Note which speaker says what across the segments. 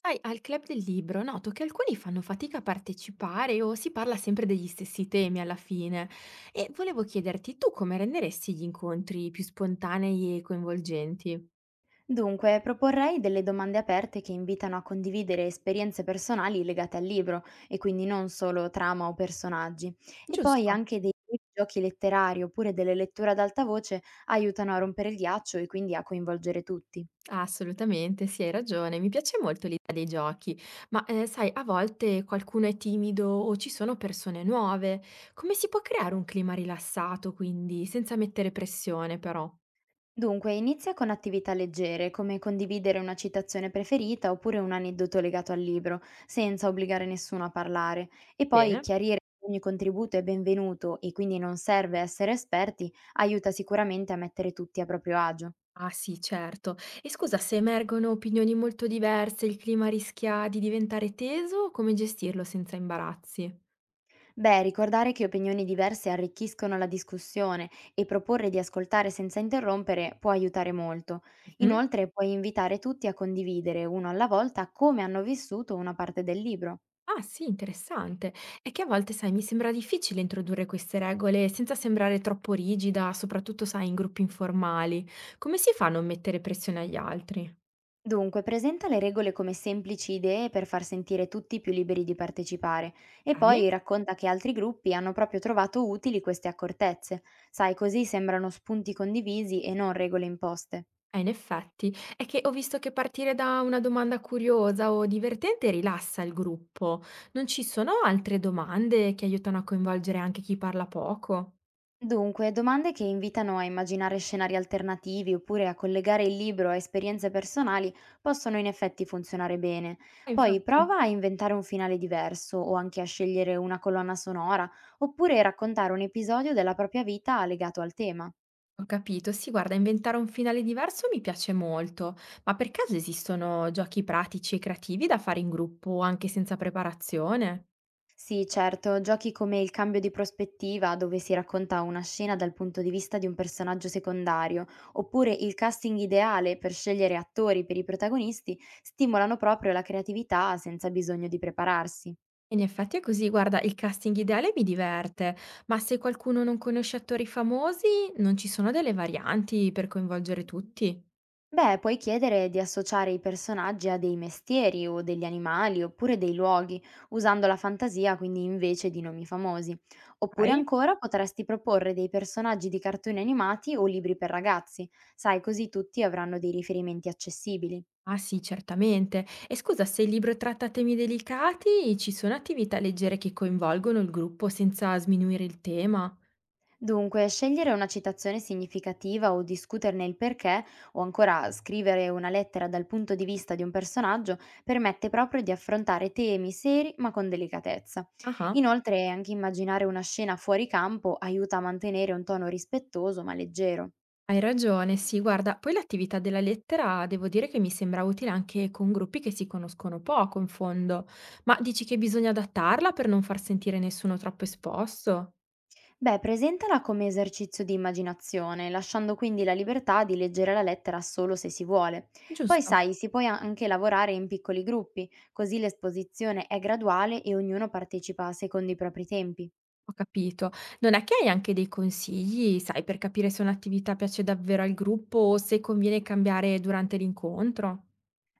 Speaker 1: Sai, al club del libro noto che alcuni fanno fatica a partecipare o si parla sempre degli stessi temi alla fine. E volevo chiederti, tu come renderesti gli incontri più spontanei e coinvolgenti?
Speaker 2: Dunque, proporrei delle domande aperte che invitano a condividere esperienze personali legate al libro e quindi non solo trama o personaggi. E poi
Speaker 1: Giusto.
Speaker 2: anche dei giochi letterari oppure delle letture ad alta voce aiutano a rompere il ghiaccio e quindi a coinvolgere tutti.
Speaker 1: Assolutamente, sì, hai ragione. Mi piace molto l'idea dei giochi, ma sai, a volte qualcuno è timido o ci sono persone nuove. Come si può creare un clima rilassato, quindi, senza mettere pressione, però?
Speaker 2: Dunque, inizia con attività leggere, come condividere una citazione preferita oppure un aneddoto legato al libro, senza obbligare nessuno a parlare, e poi
Speaker 1: Bene.
Speaker 2: chiarire che ogni contributo è benvenuto e quindi non serve essere esperti, aiuta sicuramente a mettere tutti a proprio agio.
Speaker 1: Ah sì, certo. E scusa, se emergono opinioni molto diverse, il clima rischia di diventare teso, come gestirlo senza imbarazzi?
Speaker 2: Beh, ricordare che opinioni diverse arricchiscono la discussione e proporre di ascoltare senza interrompere può aiutare molto.
Speaker 1: Mhm.
Speaker 2: Inoltre, puoi invitare tutti a condividere uno alla volta come hanno vissuto una parte del libro.
Speaker 1: Ah sì, interessante. È che a volte, sai, mi sembra difficile introdurre queste regole senza sembrare troppo rigida, soprattutto, sai, in gruppi informali. Come si fa a non mettere pressione agli altri?
Speaker 2: Dunque, presenta le regole come semplici idee per far sentire tutti più liberi di partecipare e
Speaker 1: Ok?
Speaker 2: poi racconta che altri gruppi hanno proprio trovato utili queste accortezze. Sai, così sembrano spunti condivisi e non regole imposte.
Speaker 1: In effetti, è che ho visto che partire da una domanda curiosa o divertente rilassa il gruppo. Non ci sono altre domande che aiutano a coinvolgere anche chi parla poco?
Speaker 2: Dunque, domande che invitano a immaginare scenari alternativi oppure a collegare il libro a esperienze personali possono in effetti funzionare bene. Poi
Speaker 1: Infatti,
Speaker 2: prova a inventare un finale diverso o anche a scegliere una colonna sonora oppure raccontare un episodio della propria vita legato al tema.
Speaker 1: ho capito. Sì, guarda, inventare un finale diverso mi piace molto, ma per caso esistono giochi pratici e creativi da fare in gruppo anche senza preparazione?
Speaker 2: Sì, certo, giochi come Il cambio di prospettiva, dove si racconta una scena dal punto di vista di un personaggio secondario, oppure il casting ideale per scegliere attori per i protagonisti, stimolano proprio la creatività senza bisogno di prepararsi.
Speaker 1: In effetti è così, guarda, il casting ideale mi diverte, ma se qualcuno non conosce attori famosi, non ci sono delle varianti per coinvolgere tutti?
Speaker 2: Beh, puoi chiedere di associare i personaggi a dei mestieri o degli animali oppure dei luoghi, usando la fantasia quindi invece di nomi famosi. Oppure
Speaker 1: Okay.
Speaker 2: ancora potresti proporre dei personaggi di cartoni animati o libri per ragazzi, sai, così tutti avranno dei riferimenti accessibili.
Speaker 1: Ah sì, certamente. E scusa, se il libro tratta temi delicati, ci sono attività leggere che coinvolgono il gruppo senza sminuire il tema?
Speaker 2: Dunque, scegliere una citazione significativa o discuterne il perché, o ancora scrivere una lettera dal punto di vista di un personaggio, permette proprio di affrontare temi seri ma con delicatezza.
Speaker 1: Ah-ah.
Speaker 2: Inoltre, anche immaginare una scena fuori campo aiuta a mantenere un tono rispettoso ma leggero.
Speaker 1: Hai ragione, sì, guarda, poi l'attività della lettera devo dire che mi sembra utile anche con gruppi che si conoscono poco, in fondo. Ma dici che bisogna adattarla per non far sentire nessuno troppo esposto?
Speaker 2: Beh, presentala come esercizio di immaginazione, lasciando quindi la libertà di leggere la lettera solo se si vuole. Poi,
Speaker 1: Giusto,
Speaker 2: sai, si può anche lavorare in piccoli gruppi, così l'esposizione è graduale e ognuno partecipa secondo i propri tempi.
Speaker 1: ho capito. Non è che hai anche dei consigli, sai, per capire se un'attività piace davvero al gruppo o se conviene cambiare durante l'incontro?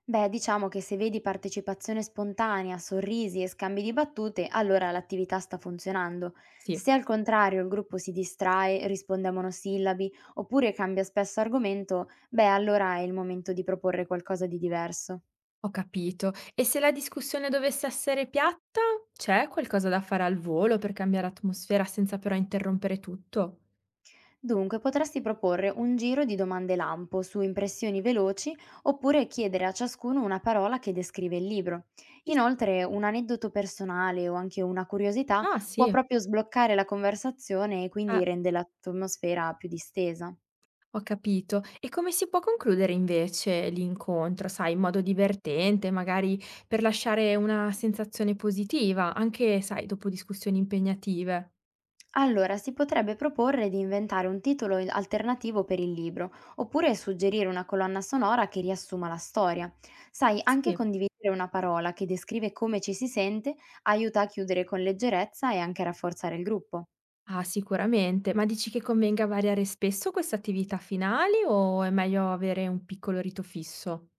Speaker 2: Beh, diciamo che se vedi partecipazione spontanea, sorrisi e scambi di battute, allora l'attività sta funzionando.
Speaker 1: Sì,
Speaker 2: Se al contrario il gruppo si distrae, risponde a monosillabi oppure cambia spesso argomento, beh, allora è il momento di proporre qualcosa di diverso.
Speaker 1: ho capito. E se la discussione dovesse essere piatta, c'è qualcosa da fare al volo per cambiare atmosfera senza però interrompere tutto?
Speaker 2: Dunque, potresti proporre un giro di domande lampo su impressioni veloci oppure chiedere a ciascuno una parola che descrive il libro.
Speaker 1: Ci sta.
Speaker 2: Inoltre, un aneddoto personale o anche una curiosità
Speaker 1: Ah, sì,
Speaker 2: può proprio sbloccare la conversazione e quindi rende l'atmosfera più distesa.
Speaker 1: ho capito. E come si può concludere invece l'incontro, sai, in modo divertente, magari per lasciare una sensazione positiva, anche, sai, dopo discussioni impegnative?
Speaker 2: Allora, si potrebbe proporre di inventare un alternativo per il libro, oppure suggerire una colonna sonora che riassuma la storia. Sai, anche
Speaker 1: Sì.
Speaker 2: condividere una parola che descrive come ci si sente aiuta a chiudere con leggerezza e anche a rafforzare il gruppo.
Speaker 1: Ah, sicuramente. Ma dici che convenga variare spesso queste attività finali o è meglio avere un piccolo rito fisso?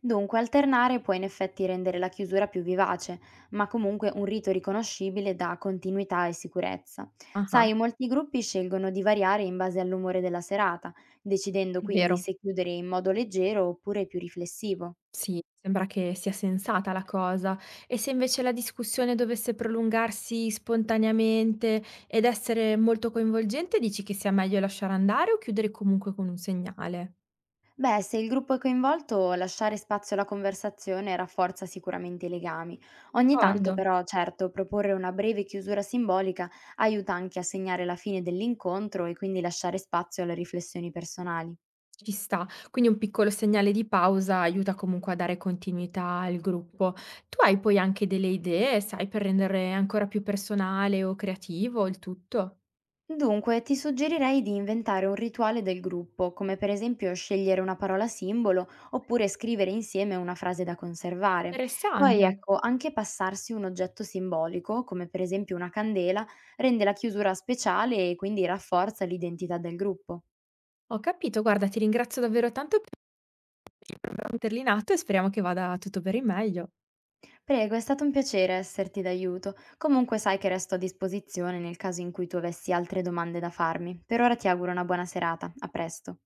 Speaker 2: Dunque, alternare può in effetti rendere la chiusura più vivace, ma comunque un rito riconoscibile dà continuità e sicurezza.
Speaker 1: Ah.
Speaker 2: Sai, molti gruppi scelgono di variare in base all'umore della serata, decidendo
Speaker 1: È
Speaker 2: quindi
Speaker 1: vero,
Speaker 2: se chiudere in modo leggero oppure più riflessivo.
Speaker 1: sì, sembra che sia sensata la cosa. E se invece la discussione dovesse prolungarsi spontaneamente ed essere molto coinvolgente, dici che sia meglio lasciare andare o chiudere comunque con un segnale?
Speaker 2: Beh, se il gruppo è coinvolto, lasciare spazio alla conversazione rafforza sicuramente i legami. Ogni tanto,
Speaker 1: D'accordo,
Speaker 2: però, certo, proporre una breve chiusura simbolica aiuta anche a segnare la fine dell'incontro e quindi lasciare spazio alle riflessioni personali.
Speaker 1: ci sta. Quindi un piccolo segnale di pausa aiuta comunque a dare continuità al gruppo. Tu hai poi anche delle idee, sai, per rendere ancora più personale o creativo il tutto?
Speaker 2: Dunque, ti suggerirei di inventare un rituale del gruppo, come per esempio scegliere una parola simbolo oppure scrivere insieme una frase da conservare. Poi,
Speaker 1: Interessante.
Speaker 2: ecco, anche passarsi un oggetto simbolico, come per esempio una candela, rende la chiusura speciale e quindi rafforza l'identità del gruppo.
Speaker 1: Ho capito, guarda, ti ringrazio davvero tanto metterli in atto e speriamo che vada tutto per il meglio.
Speaker 2: Prego, è stato un piacere esserti d'aiuto. Comunque sai che resto a disposizione nel caso in cui tu avessi altre domande da farmi. Per ora ti auguro una buona serata. A presto.